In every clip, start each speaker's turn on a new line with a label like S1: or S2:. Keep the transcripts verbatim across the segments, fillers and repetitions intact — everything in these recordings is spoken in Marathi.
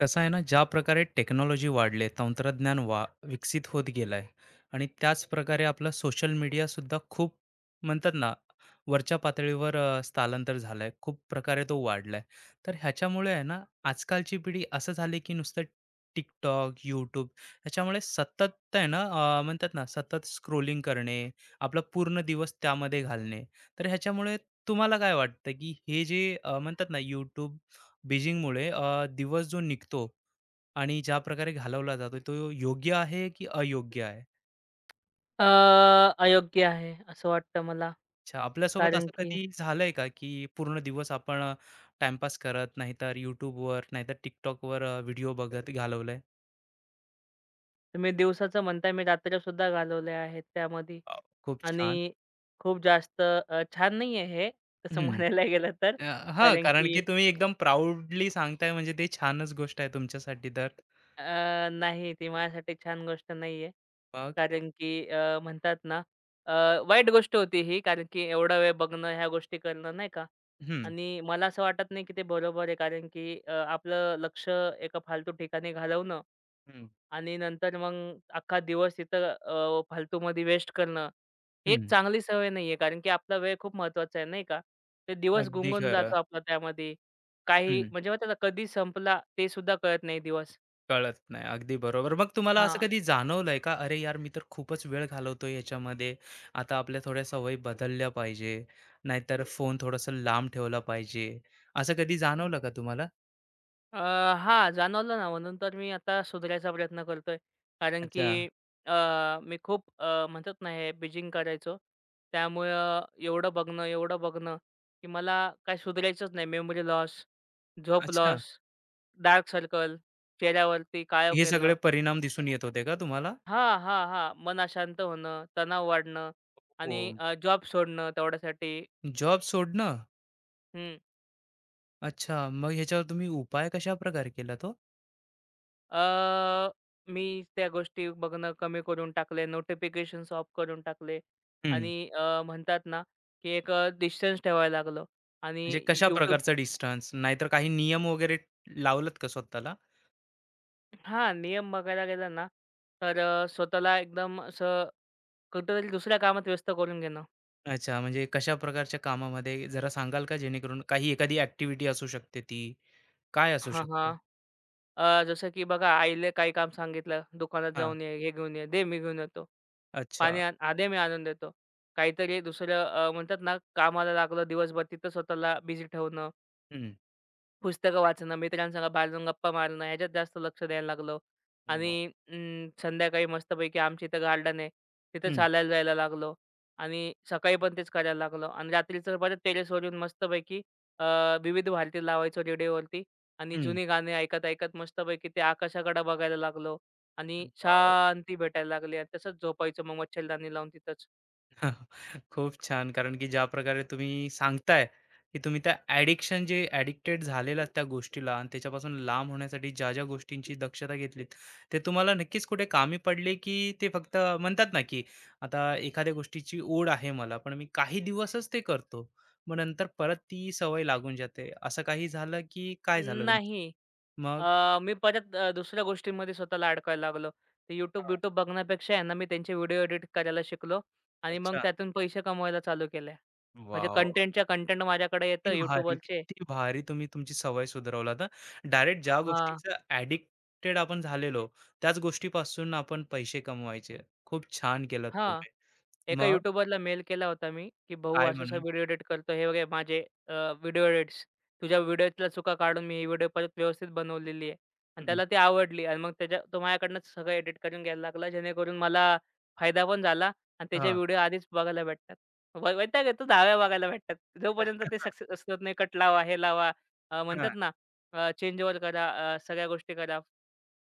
S1: कसं आहे ना ज्या प्रकारे टेक्नॉलॉजी वाढले तंत्रज्ञान वा विकसित होत गेलं आहे आणि त्याच प्रकारे आपलं सोशल मीडियासुद्धा खूप म्हणतात ना वरच्या पातळीवर अ, स्थलांतर झालं आहे खूप प्रकारे तो वाढला आहे तर ह्याच्यामुळे आहे ना आजकालची पिढी असं झाली की नुसतं टिकटॉक यूट्यूब ह्याच्यामुळे सतत आहे ना अ, म्हणतात ना सतत स्क्रोलिंग करणे आपला पूर्ण दिवस त्यामध्ये घालणे तर ह्याच्यामुळे तुम्हाला काय वाटतं की हे जे अ, म्हणतात ना यूट्यूब बीजिंगमुळे अ, दिवस जो निघतो आणि ज्या प्रकारे घालवला जातो तो योग्य आहे की अयोग्य आहे?
S2: अ, अयोग्य आहे, असं वाटतं मला.
S1: अच्छा, आपल्यासोबत
S2: कारण
S1: असं
S2: की
S1: कधी झालंय का की पूर्ण दिवस आपण अ, टाईमपास करत, नाहीतर YouTubeवर, नाहीतर TikTokवर अ, व्हिडिओ बघत घालवलाय?
S2: तुम्ही दिवसाचं म्हणताय, मी रात्री सुद्धा घालवल्या आहेत त्यामध्ये.
S1: अ खूप छान.
S2: आणि खूप जास्त अ, छान नाही आहे हे, तसं
S1: हं.
S2: म्हणायला गेलं तर.
S1: अ, हां,
S2: कारण
S1: कारण
S2: की
S1: की तुम्ही एकदम प्राउडली सांगताय म्हणजे ते छानच गोष्ट आहे तुमच्यासाठी तर.
S2: अ, नाही, ती माझ्यासाठी छान गोष्ट नाहीये.
S1: मग
S2: कारण की अ, म्हणतात ना, अ, वाईट गोष्ट होती ही, कारण की एवढा वेळ बघणं, ह्या गोष्टी करणं नाही का?
S1: हं,
S2: आणि मला असं वाटत नाही की ते बरोबर आहे, कारण की अ, आपलं लक्ष एका फालतू ठिकाणी घालवणं
S1: हं.
S2: आणि नंतर मग अख्खा दिवस तिथं फालतूमध्ये वेस्ट करणं, ही एक
S1: हं.
S2: चांगली सवय नाहीये. कारण की आपला वेळ खूप महत्त्वाचा आहे नाही का? ते दिवस
S1: अगदी
S2: गुंगून
S1: खरं.
S2: जातो आपला त्यामध्ये. काही म्हणजे माहिती आहे का, कधी संपला ते सुद्धा कळत नाही दिवस.
S1: कळत नाही. अगदी बरोबर. मग तुम्हाला असं
S2: हां.
S1: कधी जाणवलंय का? अरे यार, मी तर खूपच वेळ घालवतोय याच्यामध्ये. आता आपल्या थोड्या सवयी बदलल्या पाहिजे. नाहीतर फोन थोडासा लांब ठेवला पाहिजे. असं कधी जाणवलं का तुम्हाला?
S2: अ, हां, जाणवलं ना, म्हणून तर मी आता सुधारायचा प्रयत्न करतोय. कारण की
S1: अच्छा,
S2: अ, मी खूप अ, म्हणतात ना, हे बिजिंग करायचो. त्यामुळं एवढं बघणं, एवढं बघणं, की मला काय सुधारायचंच नाही. मेमरी लॉस, झोप
S1: अच्छा.
S2: लॉस, डार्क सर्कल, चेहऱ्यावरती काळोख
S1: हे सगळे
S2: येणं.
S1: परिणाम दिसून येत होते का तुम्हाला?
S2: हां, हां, हां. मन अशांत होणं, तणाव वाढणं
S1: हो.
S2: आणि जॉब सोडणं तेवढ्यासाठी.
S1: जॉब सोडणं? अच्छा. मग ह्याच्यावर तुम्ही उपाय कशाप्रकारे केलात ओ?
S2: अ, मी त्या गोष्टी बघणं कमी करून टाकले. नोटिफिकेशन्स ऑफ करून टाकले
S1: हं.
S2: आणि अ, म्हणतात ना, की एक अ, डिस्टन्स ठेवायला लागलो. आणि
S1: म्हणजे कशा
S2: YouTube,
S1: प्रकारचा डिस्टन्स? नाहीतर काही नियम वगैरे लावलात का स्वतःला?
S2: हां, नियम बघायला गेला ना, तर अ, स्वतःला एकदम असं कुठेतरी दुसऱ्या कामात व्यस्त करून घेणं.
S1: अच्छा, म्हणजे कशा प्रकारच्या कामामध्ये जरा सांगाल का? जेणेकरून काही एखादी ॲक्टिव्हिटी असू शकते ती. काय असू
S2: हां,
S1: शकतं?
S2: हां. अ, जसं की बघा, आईला काही काम सांगितलं, "दुकानात
S1: हां.
S2: जाऊन ये, हे घेऊन ये." "दे, मी घेऊन येतो." पाणी
S1: अच्छा.
S2: आण, "हां, मी आणून देतो." काहीतरी दुसरं अ, म्हणतात ना, कामाला लागलं दिवसभर, तिथं स्वतःला बिझी ठेवणं.
S1: हं.
S2: पुस्तकं वाचणं, मित्रांसंग बाहेर जाऊन गप्पा मारणं, ह्याच्यात जास्त लक्ष द्यायला लागलो. आणि
S1: बरं.
S2: अं, संध्याकाळी मस्तपैकी आमच्या इथं गार्डन आहे. तिथं चालायला जायला लागलो आणि सकाळी पण तेच करायला लागलो आणि रात्रीचं परत टेरेसवर येऊन मस्तपैकी अ, विविध भारती लावायचो रेडिओवरती आणि
S1: हं,
S2: जुनी गाणी ऐकत-ऐकत मस्तपैकी ते आकाशाकडे बघायला लागलो आणि
S1: हं.
S2: शांती भेटायला लागली आणि तसंच झोपायचो मग मच्छरदाणी लावून तिथंच.
S1: खूप छान. कारण की ज्या प्रकारे तुम्ही सांगताय, की तुम्ही त्या ॲडिक्शन जे ॲडिक्टेड झालेलात त्या गोष्टीला आणि त्याच्यापासून लांब होण्यासाठी ज्या-ज्या गोष्टींची दक्षता घेतलीत, ते तुम्हाला नक्कीच कुठे कामी पडले, की ते फक्त म्हणतात ना, की आता एखाद्या गोष्टीची ओढ आहे मला, पण मी काही दिवसच ते करतो. मग नंतर परत ती सवय लागून जाते. असं काही झालं, की काय झालं तुमचं?
S2: नाही.
S1: मग?
S2: अ, मी परत अ, दुसऱ्या गोष्टींमध्ये स्वतःला अडकायला लागलो. ते
S1: हां.
S2: YouTube-YouTube बघण्यापेक्षा आहे ना, मी त्यांचे व्हिडिओ एडिट करायला शिकलो आणि मग
S1: अच्छा.
S2: त्यातून पैसे कमवायला चालू केले. म्हणजे
S1: वाव
S2: कंटेंटच्या कंटेंट माझ्याकडे येतं
S1: किती भारी,
S2: YouTubeवरचे.
S1: किती भारी तुम्ही तुमची सवय सुधारवलात हा. डायरेक्ट ज्या
S2: हां,
S1: गोष्टीचं ॲडिक्टेड आपण झालेलो, त्याच गोष्टीपासून आपण पैसे कमवायचे. खूप छान केलं
S2: हां.
S1: तुम्ही.
S2: एका
S1: मग
S2: यूट्यूबरला मेल केला होता मी, की "भाऊ,
S1: काय
S2: असा-असा
S1: म्हणून?
S2: व्हिडिओ एडिट करतो. हे बघ, हे माझे अ, व्हिडिओ एडिट्स. तुझ्या व्हिडिओतल्या चुका काढून मी ही व्हिडिओ परत व्यवस्थित बनवलेली आहे." आणि
S1: हं,
S2: त्याला ती आवडली आणि मग त्याच्या तो माझ्याकडनंच सगळं एडिट करून घ्यायला लागला. जेणेकरून मला फायदा पण झाला आणि त्याचे
S1: हां.
S2: व्हिडिओ आधीच बघायला भेटतात. वै वैताग येतो दहाव्या बघायला भेटतात. जोपर्यंत ते
S1: हां.
S2: सक्सेस होत नाही, कट लावा, हे लावा. अ, म्हणतात ना चेंज ओव्हर करा, अ, सगळ्या गोष्टी करा.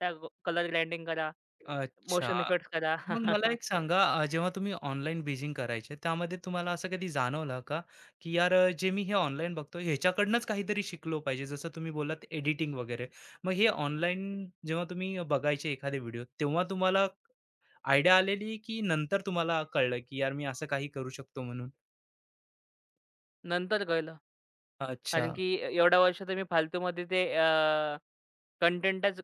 S2: त्या कलर ग्राइंडिंग करा,
S1: अच्छा.
S2: मोशन इफेक्ट्स करा.
S1: मग मला एक सांगा अ, जेव्हा तुम्ही ऑनलाईन बिजिंग करायचे, त्यामध्ये तुम्हाला असं कधी जाणवलं का, की यार अ, जे मी हे ऑनलाईन बघतो, ह्याच्याकडनंच काहीतरी शिकलो पाहिजे? जसं तुम्ही बोललात एडिटिंग वगैरे. मग हे ऑनलाईन जेव्हा तुम्ही बघायचे एखादे व्हिडिओ, तेव्हा तुम्हाला आयडिया आलेली, की नंतर तुम्हाला कळलं, की यार मी असं काही करू शकतो म्हणून?
S2: नंतर कळलं.
S1: अच्छा.
S2: कारण की ए एवढ्या वर्षात मी फालतूमध्ये ते कंटेंटच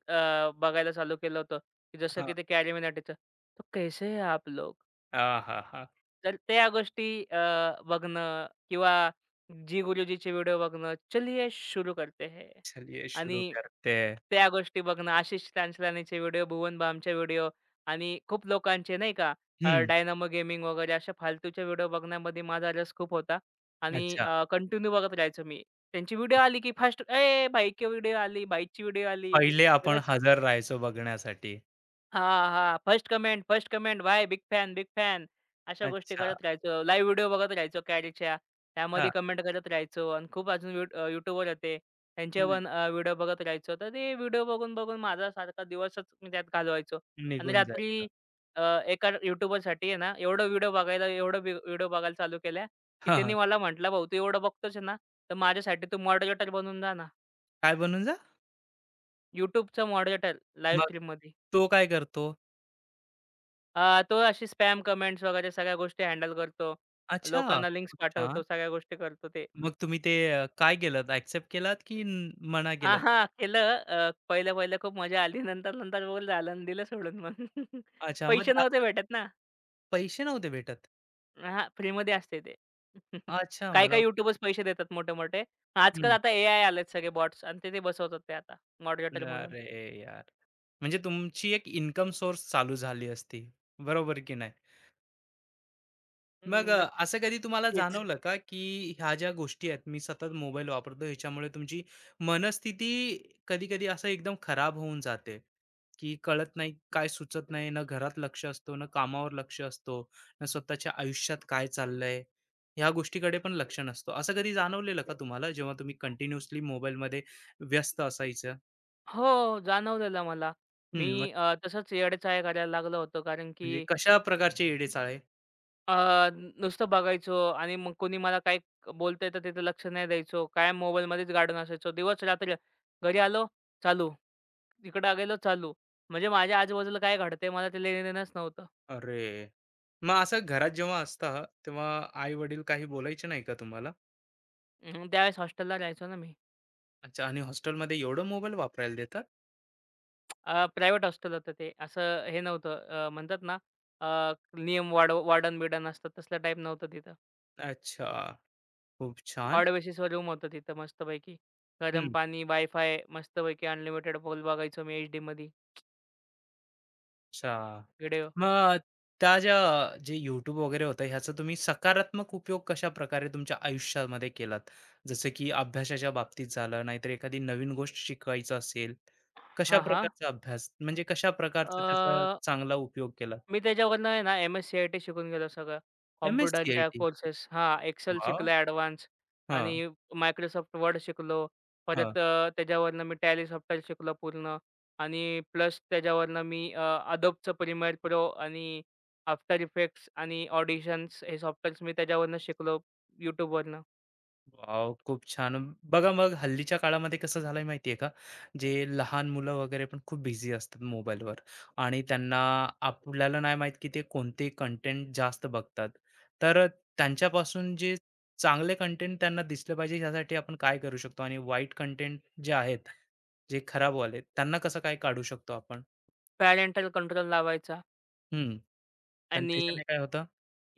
S2: बघायला चालू केलं होतं, की जसं
S1: हाँ.
S2: की ते कॅरी मिनाटीचं, "तो कैसे है आप लोग?"
S1: आहाहा!
S2: तर त्या गोष्टी अ, बघणं किंवा झी गुरुजीचे व्हिडिओ बघणं, "चलिये शुरू करते है."
S1: चलिए
S2: आणि
S1: शुरू करते हैं.
S2: त्या गोष्टी बघणं, आशिष चांचलानीचे व्हिडिओ, भुवन बामचे व्हिडिओ आणि खूप लोकांचे नाही का,
S1: हं.
S2: डायनामो गेमिंग वगैरे अशा फालतूच्या व्हिडिओ बघण्यामध्ये माझा रस खूप होता आणि
S1: अच्छा.
S2: कंटिन्यू बघत राहायचो मी. त्यांची व्हिडिओ आली की फास्ट, "ए भाई की व्हिडिओ आली, भाईची व्हिडिओ आली."
S1: पहिले आपण हजर राहायचो बघण्यासाठी.
S2: हां, हां. First comment, first comment. "भाई बिग फॅन, बिग फॅन." अशा गोष्टी
S1: अच्छा.
S2: करत राहायचो. लाईव्ह व्हिडिओ बघत राहायचो कॅरीच्या. त्यामध्ये
S1: हां.
S2: कमेंट करत राहायचो आणि खूप अजून यू होते. त्यांचे
S1: हं.
S2: पण व्हिडिओ बघत राहायचो. तर ते व्हिडिओ बघून-बघून माझा सारखा दिवसच मी त्यात घालवायचो. आणि
S1: निघून जायचं.
S2: रात्री अ, एका YouTuberसाठी आहे ना, एवढं व्हिडिओ बघायला, एवढं व्हिडिओ बघायला चालू केल्या, की
S1: हां,
S2: त्यांनी
S1: हां.
S2: मला म्हटलं, "भाऊ, तू एवढं बघतोच आहे ना, तर माझ्यासाठी तू मॉडरेटर बनून जा ना."
S1: काय बनून जा?
S2: YouTubeचा मॉडरेटर लाईव्ह
S1: मग
S2: स्ट्रीममध्ये.
S1: तो काय करतो?
S2: अ, तो अशी स्पॅम कमेंट्स वगैरे सगळ्या गोष्टी हँडल करतो.
S1: अच्छा,
S2: लोकांना लिंक्स
S1: खूप
S2: पाठवतो,
S1: छान.
S2: सगळ्या गोष्टी करतो ते.
S1: मग तुम्ही ते अ, काय केलंत? एक्सेप्ट केलात की न- मना
S2: हां,
S1: केलात? ते?
S2: हां. केलं. अ, पहिलं-पहिलं खूप मजा आली. नंतर-नंतर बोल झालं आणि दिलं सोडून मग.
S1: अच्छा, मग
S2: पैसे नव्हते
S1: त्यात
S2: भेटत ना.
S1: पैसे नव्हते भेटत?
S2: हां, फ्रीमध्ये असते ते.
S1: अच्छा, मला
S2: काही-काही
S1: वाटलं
S2: YouTubeच पैसे देतात मोठे-मोठे. आजकाल
S1: हं.
S2: आता एआय आलेत सगळे बॉट्स आणि ते ते बसवतात ते आता मॉडरेटर म्हणून.
S1: अरे यार! म्हणजे तुमची एक इन्कम सोर्स चालू झाली असती, बरोबर की नाही? मग
S2: हम्म,
S1: अ, असं कधी तुम्हाला
S2: नक्कीच.
S1: जाणवलं का, की ह्या ज्या गोष्टी आहेत, मी सतत मोबाईल वापरतो, ह्याच्यामुळे तुमची मनस्थिती कधी-कधी असं एकदम खराब होऊन जाते, की कळत नाही, काय सुचत नाही, ना घरात लक्ष असतो, ना कामावर लक्ष असतो, ना स्वतःच्या आयुष्यात काय चाललंय, ह्या गोष्टीकडे पण लक्ष नसतं. असं कधी जाणवलेलं का तुम्हाला, जेव्हा तुम्ही कंटिन्युअसली मोबाईलमध्ये व्यस्त असायचं?
S2: हो, जाणवलेलं मला. मी
S1: हं, मग
S2: अ, तसंच येडे-चाळे करायला लागलो होतो, कारण की
S1: म्हणजे कशा प्रकारचे येडे-चाळे?
S2: अ, नुसतं बघायचो आणि मग कोणी मला काय बोलतंय तर तिथं लक्ष नाही द्यायचो. कायम मोबाईलमध्येच गाडून असायचो. दिवस-रात्र घरी आलो, चालू. इकडं गेलो, चालू. म्हणजे माझ्या आजूबाजूला काय घडतंय, मला ते लेणं नव्हतं.
S1: अरे! मग असं घरात जेव्हा असता, तेव्हा आई-वडील काही बोलायचे नाही का तुम्हाला?
S2: अं, त्यावेळेस हॉस्टेलला राहायचो ना मी.
S1: अच्छा आणि हॉस्टेलमध्ये एवढं मोबाईल वापरायला देतात?
S2: प्रायव्हेट हॉस्टेल होतं ते. असं हे नव्हतं, अ, म्हणतात ना अ, नियम, वाड वॉर्डन-बिर्डन असतात, तसलं टाईप नव्हतं तिथं.
S1: अच्छा, खूप छान.
S2: ऑड बेसिसवर रूम होतं तिथं मस्तपैकी. गरम
S1: हं,
S2: पाणी, वायफाय मस्तपैकी अनलिमिटेड, खोल बघायचो मी एचडीमध्ये
S1: अच्छा.
S2: व्हिडिओ.
S1: मग त्या ज्या जे YouTube वगैरे होतं, ह्याचा तुम्ही सकारात्मक उपयोग कशाप्रकारे तुमच्या आयुष्यामध्ये केलात? जसं की अभ्यासाच्या बाबतीत झालं, नाहीतर एखादी नवीन गोष्ट शिकवायचं असेल, कशा
S2: हां, हां.
S1: प्रकारचा अभ्यास म्हणजे कशा प्रकारचा त्याचा
S2: अ,
S1: चांगला उपयोग केला?
S2: मी त्याच्यावरनं आहे ना, एम-एस-सी-आय-टी शिकून गेलो सगळं. कॉम्प्युटरच्या
S1: एम-एस-सी-आय-टी.
S2: कोर्सेस, हां, Excel
S1: वाह!
S2: शिकलो ॲडव्हान्स आणि
S1: हां,
S2: Microsoft वर्ड शिकलो.
S1: हां.
S2: परत अ, त्याच्यावरनं मी Tally सॉफ्टवेअर शिकलो पूर्ण आणि प्लस त्याच्यावरनं मी अ, Adobeचं प्रीमियर प्रो आणि आफ्टर इफेक्ट्स आणि ऑडिशन्स, हे सॉफ्टवेअर्स मी त्याच्यावरनं शिकलो YouTubeवरनं.
S1: वाव खूप छान. बघा मग हल्लीच्या काळामध्ये कसं झालंय माहिती आहे का, जे लहान मुलं वगैरे पण खूप बिझी असतात मोबाईलवर आणि त्यांना आपल्याला नाही माहीत की ते कोणते कंटेंट जास्त बघतात. तर त्यांच्यापासून जे चांगले कंटेंट त्यांना दिसले पाहिजे यासाठी आपण काय करू शकतो आणि वाईट कंटेंट जे आहेत, जे खराबवाले त्यांना कसं काय काढू शकतो आपण?
S2: पॅरेंटल कंट्रोल लावायचा
S1: हं. कारण
S2: आणि
S1: त्याच्याने काय होतं?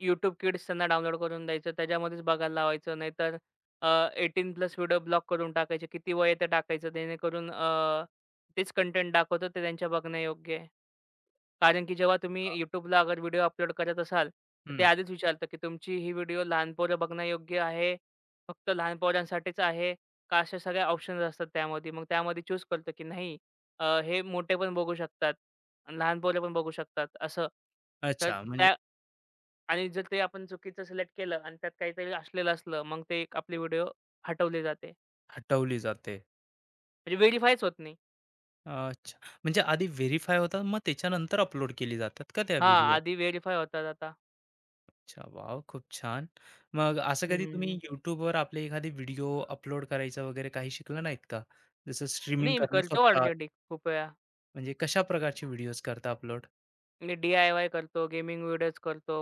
S2: YouTube Kids त्यांना डाउनलोड करून द्यायचं. त्याच्यामध्येच बघायला लावायचं. नाहीतर अ, अठरा प्लस व्हिडिओ ब्लॉक करून टाकायचे. किती वय आहे ते टाकायचं. जेणेकरून अ, तेच कंटेंट दाखवतं, ते त्यांच्या बघण्यायोग्य आहे. कारण की जेव्हा तुम्ही
S1: हां.
S2: YouTubeला अगर व्हिडिओ अपलोड करत असाल, तर ते आधीच विचारतं, की तुमची ही व्हिडिओ लहान पोरं बघण्यायोग्य आहे, फक्त लहान पोरांसाठीच आहे का? अशा सगळ्या ऑप्शन्स असतात त्यामध्ये. मग त्यामध्ये चूज करतो, की नाही, अ, हे मोठे पण बघू शकतात आणि लहान पोरं पण बघू शकतात असं. तर
S1: अच्छा म्हणजे
S2: त्या, आणि जर ते आपण चुकीचं सिलेक्ट केलं आणि त्यात काहीतरी असलेलं असलं, मग ते एक आपले व्हिडिओ हटवले जाते.
S1: हटवली जाते.
S2: म्हणजे व्हेरिफायच होत नाही.
S1: अच्छा. म्हणजे आधी व्हेरिफाय होतात, मग त्याच्यानंतर अपलोड केली जातात का त्या
S2: हां,
S1: व्हिडिओ?
S2: आधी व्हेरिफाय होतात आता.
S1: अच्छा, वॉव! खूप छान. मग असं
S2: हं,
S1: कधी
S2: हं, हं.
S1: तुम्ही YouTubeवर आपले एखादी व्हिडिओ अपलोड करायचा वगैरे काही शिकला नाहीत का? जसं स्ट्रीमिंग
S2: नाही, मी
S1: करणं
S2: करतो
S1: स्वतः
S2: ऑलरेडी खूप वेळा.
S1: म्हणजे कशा प्रकारचे व्हिडिओज करता अपलोड?
S2: मी डी-आय-वाय करतो, गेमिंग व्हिडिओज करतो,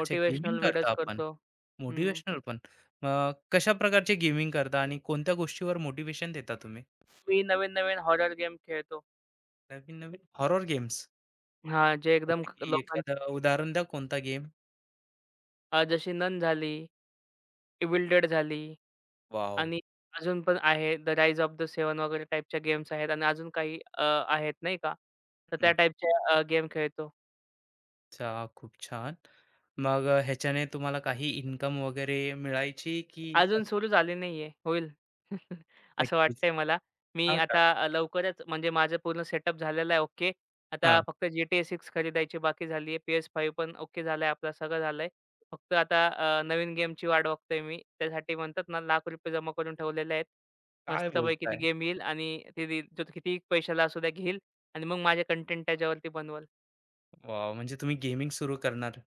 S1: अच्छा गेमिंग करता
S2: व्हिडिओज
S1: आपण,
S2: करतो. हं.
S1: मोटिव्हेशनल पण. मग कशा प्रकारचे गेमिंग करता आणि कोणत्या गोष्टीवर मोटिव्हेशन देता तुम्ही?
S2: मी नवीन-नवीन हॉरर गेम खेळतो.
S1: नवीन-नवीन हॉरर गेम्स
S2: हां, जे एकदम ख-
S1: की
S2: लोकांची
S1: एखादं उदाहरण द्या कोणता गेम?
S2: अ, जशी नन झाली, इव्हिल झाली.
S1: वॉव!
S2: आणि अजून पण आहे, the rise of the seven वगैरे टाइपच्या गेम्स आहेत आणि अजून काही अ, आहेत नाही का. तर त्या टाइपच्या अ, गेम खेळतो.
S1: अच्छा, खूप छान. मग अ, ह्याच्याने तुम्हाला काही इन्कम वगैरे मिळायची की कस-
S2: अजून सुरू झाली नाहीये. होईल. असं
S1: नक्कीच.
S2: वाटतंय मला. मी
S1: हां का?
S2: आता अ, लवकरच, म्हणजे माझं पूर्ण सेटअप झालेला आहे, ओके.
S1: हां.
S2: आता फक्त जी टी ए सिक्स खरीदायची बाकी झाली आहे. पी एस फाइव्ह पण ओके झालाय आपला, सगळं झालंय. फक्त आता अ, नवीन गेमची वाट बघतोय मी. त्यासाठी म्हणतात ना एक लाख रुपये जमा करून ठेवलेले आहेत.
S1: काय
S2: मस्तपैकी ती
S1: बोलताय?
S2: गेम येईल आणि ती रील जो कितीही पैशाला असू द्या घेईल आणि मग माझे कंटेंट त्याच्यावरती बनवल.
S1: वॉव! म्हणजे तुम्ही गेमिंग सुरू करणार.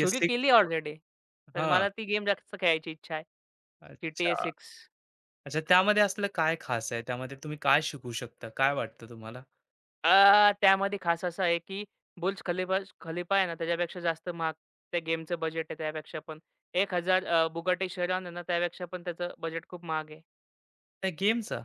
S2: सुरू केली
S1: घेऊन
S2: ऑलरेडी. तर
S1: हां.
S2: मला ती गेम जास्त खेळायची इच्छा आहे. जी टी ए
S1: अच्छा.
S2: सिक्स.
S1: अच्छा, त्यामध्ये असलं काय खास आहे? त्यामध्ये तुम्ही काय शिकू शकता? काय वाटतं तुम्हाला?
S2: अ, त्यामध्ये खास असं आहे, की बुर्ज खलिफा खलिफा आहे ना, त्याच्यापेक्षा जास्त महाग त्या गेमचं बजेट आहे त्यापेक्षा पण. एक हजार अ, बुगाटी शेरॉन आहे ना, त्यापेक्षा पण त्याचं बजेट खूप महाग आहे.
S1: त्या गेमचा?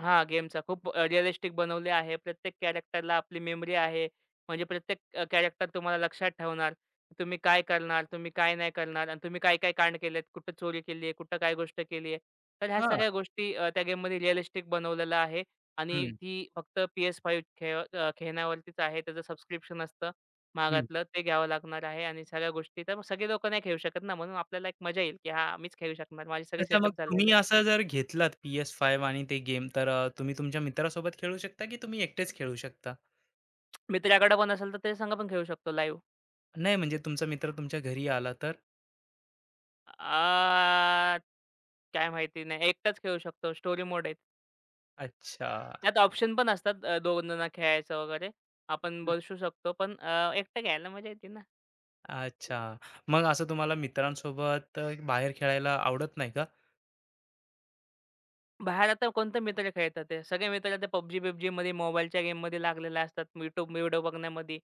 S2: हां, गेमचा खूप अ, रिअलिस्टिक बनवले आहे. प्रत्येक कॅरेक्टरला आपली मेमरी आहे. म्हणजे प्रत्येक कॅरेक्टर तुम्हाला लक्षात ठेवणार. तुम्ही काय करणार, तुम्ही काय नाही करणार आणि तुम्ही काय-काय कांड केलेत, कुठं चोरी केली आहे, कुठं काय गोष्ट केली आहे. तर ह्या
S1: हां.
S2: सगळ्या गोष्टी अ, त्या गेममध्ये रिअलिस्टिक बनवलेलं आहे आणि
S1: हं,
S2: ती फक्त पी एस फाइव्ह खेळ अ, खेळण्यावरतीच आहे. त्याचं सबस्क्रिप्शन असतं
S1: हं.
S2: महागातलं, ते घ्यावं लागणार आहे आणि सगळ्या गोष्टी, तर सगळे लोकं नाही खेळू शकत ना, म्हणून आपल्याला एक मजा येईल, की हां, मीच खेळू शकणार. माझे सगळे
S1: अच्छा, मग
S2: सेटअप
S1: तुम्ही
S2: झालेले आहे.
S1: असं जर घेतलात पी एस फाइव्ह आणि ते गेम तर अ, तुम्ही तुमच्या मित्रासोबत खेळू शकता की तुम्ही एकटेच खेळू शकता?
S2: मित्राकडे पण असेल तर त्याच्या संग पण खेळू शकतो लाईव्ह.
S1: नाही म्हणजे तुमचा मित्र तुमच्या घरी आला तर?
S2: आ, काय माहिती नाही. एकटाच खेळू शकतो. स्टोरी मोड आहे.
S1: अच्छा.
S2: त्यात ऑप्शन पण असतात, अ, दोन जण खेळायचं वगैरे. आपण बसू शकतो. पण अ, एकटं खेळायला मजा येते ना.
S1: अच्छा. मग असं तुम्हाला मित्रांसोबत अ, बाहेर खेळायला आवडत नाही का?
S2: बाहेर आता कोणते मित्र खेळतात ते. सगळे मित्र ते पबजी-बिबजीमध्ये, मोबाईलच्या गेममध्ये लागलेले असतात. YouTube व्हिडिओ बघण्यामध्ये.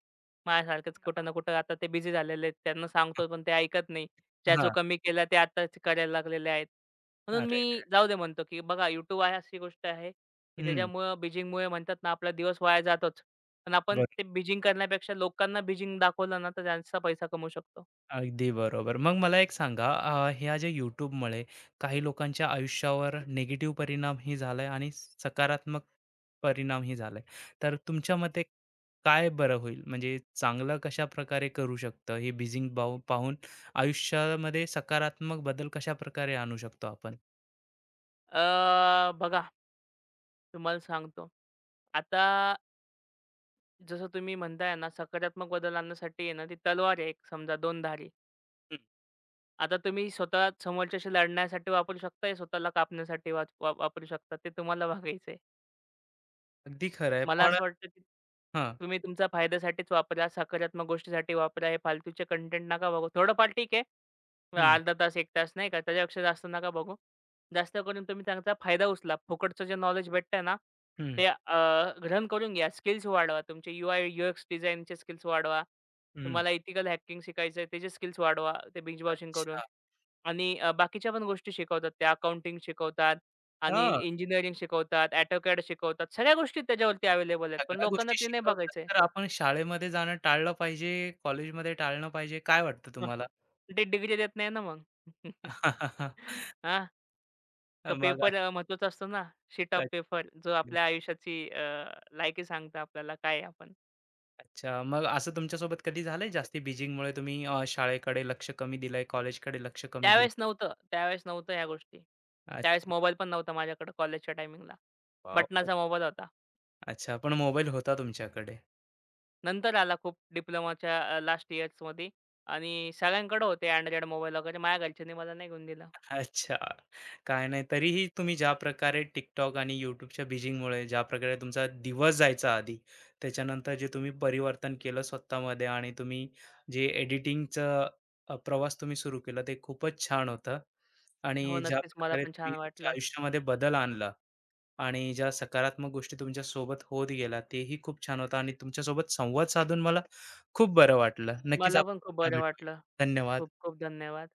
S2: माझ्यासारखंच कुठं ना कुठं आता ते बिझी झालेले आहेत. त्यांना सांगतो पण ते ऐकत नाही. ज्याचो
S1: हां.
S2: कमी केला ते आताच करायला लागलेले आहेत. म्हणून
S1: अरे रे!
S2: मी जाऊ दे म्हणतो, की बघा YouTube आहे अशी गोष्ट आहे, की
S1: हं.
S2: त्याच्यामुळं बिजिंगमुळे म्हणतात ना आपला दिवस वाया जातोच. पण आपण
S1: बरं.
S2: ते बिजिंग करण्यापेक्षा लोकांना बिजिंग दाखवलं ना, तर त्यांचा पैसा कमवू शकतो.
S1: अगदी बरोबर. मग मला एक सांगा अ, ह्या ज्या YouTubeमुळे काही लोकांच्या आयुष्यावर निगेटिव्ह परिणामही झालाय आणि सकारात्मक परिणामही झालाय. तर तुमच्या मते काय बरं होईल? म्हणजे चांगलं कशाप्रकारे करू शकतं? हे बिझिंग पाहू पाहून आयुष्यामध्ये सकारात्मक बदल कशाप्रकारे आणू शकतो आपण?
S2: अ, बघा, तुम्हाला सांगतो. आता जसं तुम्ही म्हणताय ना, सकारात्मक बदल आणण्यासाठी आहे ना, ती तलवार आहे एक, समजा दोन धारी.
S1: हं.
S2: आता तुम्ही स्वतः समोरच्याशी लढण्यासाठी वापरू शकताय, स्वतःला कापण्यासाठी वाच वा वापरू शकता. ते तुम्हाला बघायचंय.
S1: अगदी खरं आहे.
S2: मला
S1: पण
S2: असं वाटतं, की
S1: हां.
S2: तुम्ही तुमच्या फायद्यासाठीच वापरा, सकारात्मक गोष्टीसाठी वापरा. हे फालतूचे कंटेंट नका बघू. थोडंफार ठीक आहे.
S1: हं,
S2: अर्धा तास, एक तास नाही का, त्याच्यापेक्षा जास्त नका बघू. जास्त करून तुम्ही त्यांचा फायदा उचला. फुकटचं जे नॉलेज भेटतंय ना,
S1: हं,
S2: ते अ, ग्रहण करून घ्या. स्किल्स वाढवा. तुमचे यू आय, यू एक्स डिझाइनचे स्किल्स वाढवा.
S1: हं.
S2: तुम्हाला इथिकल हॅकिंग शिकायचं आहे, त्याचे स्किल्स वाढवा, ते बिंज वॉचिंग करून.
S1: अच्छा.
S2: आणि अ, बाकीच्या पण गोष्टी शिकवतात. त्या अकाउंटिंग शिकवतात आणि
S1: हां,
S2: इंजिनिअरिंग शिकवतात, AutoCAD शिकवतात. सगळ्या गोष्टी त्याच्यावरती अवेलेबल आहेत. पण
S1: सगळ्या
S2: लोकांना
S1: गोष्टी
S2: ते नाही
S1: शिकवतात,
S2: बघायचं.
S1: तर आपण शाळेमध्ये जाणं टाळलं पाहिजे, कॉलेजमध्ये टाळलं पाहिजे, काय वाटतं तुम्हाला?
S2: ते डिग्री देत नाही ना मग. हां. तो
S1: मग
S2: पेपर अ, महत्त्वाचा असतो ना, शीट ऑफ
S1: आता
S2: पेपर जो आपल्या आयुष्याची अ, लायकी सांगतं आपल्याला काय आहे आपण.
S1: अच्छा, मग असं तुमच्यासोबत कधी झालंय जास्ती बिझीमुळे तुम्ही अ, शाळेकडे लक्ष कमी दिलंय, कॉलेजकडे लक्ष कमी दिलं?
S2: त्यावेळेस नव्हतं, त्यावेळेस नव्हतं ह्या गोष्टी. त्यावेळेस
S1: अच्छा,
S2: मोबाईल पण नव्हता माझ्याकडे कॉलेजच्या टायमिंगला.
S1: वाह! खूप
S2: बटनाचा मोबाईल होता.
S1: अच्छा, पण मोबाईल होता तुमच्याकडे.
S2: नंतर आला खूप डिप्लोमाच्या लास्ट इयर्समध्ये आणि सगळ्यांकडे होते Android मोबाईल वगैरे. माझ्या घरच्यांनी मला नाही घेऊन दिला.
S1: अच्छा. काय नाही, तरीही तुम्ही ज्या प्रकारे TikTok आणि YouTubeच्या बिजिंगमुळे ज्या प्रकारे तुमचा दिवस जायचा आधी, त्याच्यानंतर जे तुम्ही परिवर्तन केलं स्वतःमध्ये आणि तुम्ही जे एडिटिंगचं अ, प्रवास तुम्ही सुरू केला ते खूपच छान होतं.
S2: हो,
S1: आणि ज्या
S2: नक्कीच मला
S1: प्रकारे
S2: पण
S1: तुम्ही
S2: छान
S1: तुमच्या
S2: वाटलं.
S1: आयुष्यामध्ये बदल आणला आणि ज्या सकारात्मक गोष्टी तुमच्यासोबत होत गेल्या तेही खूप छान होतं आणि तुमच्यासोबत संवाद साधून मला खूप बरं वाटलं. नक्कीच
S2: मला
S1: आपण
S2: पण खूप
S1: पुन्हा
S2: बरं
S1: भेटूया.
S2: वाटलं.
S1: धन्यवाद.
S2: खूप खूप धन्यवाद.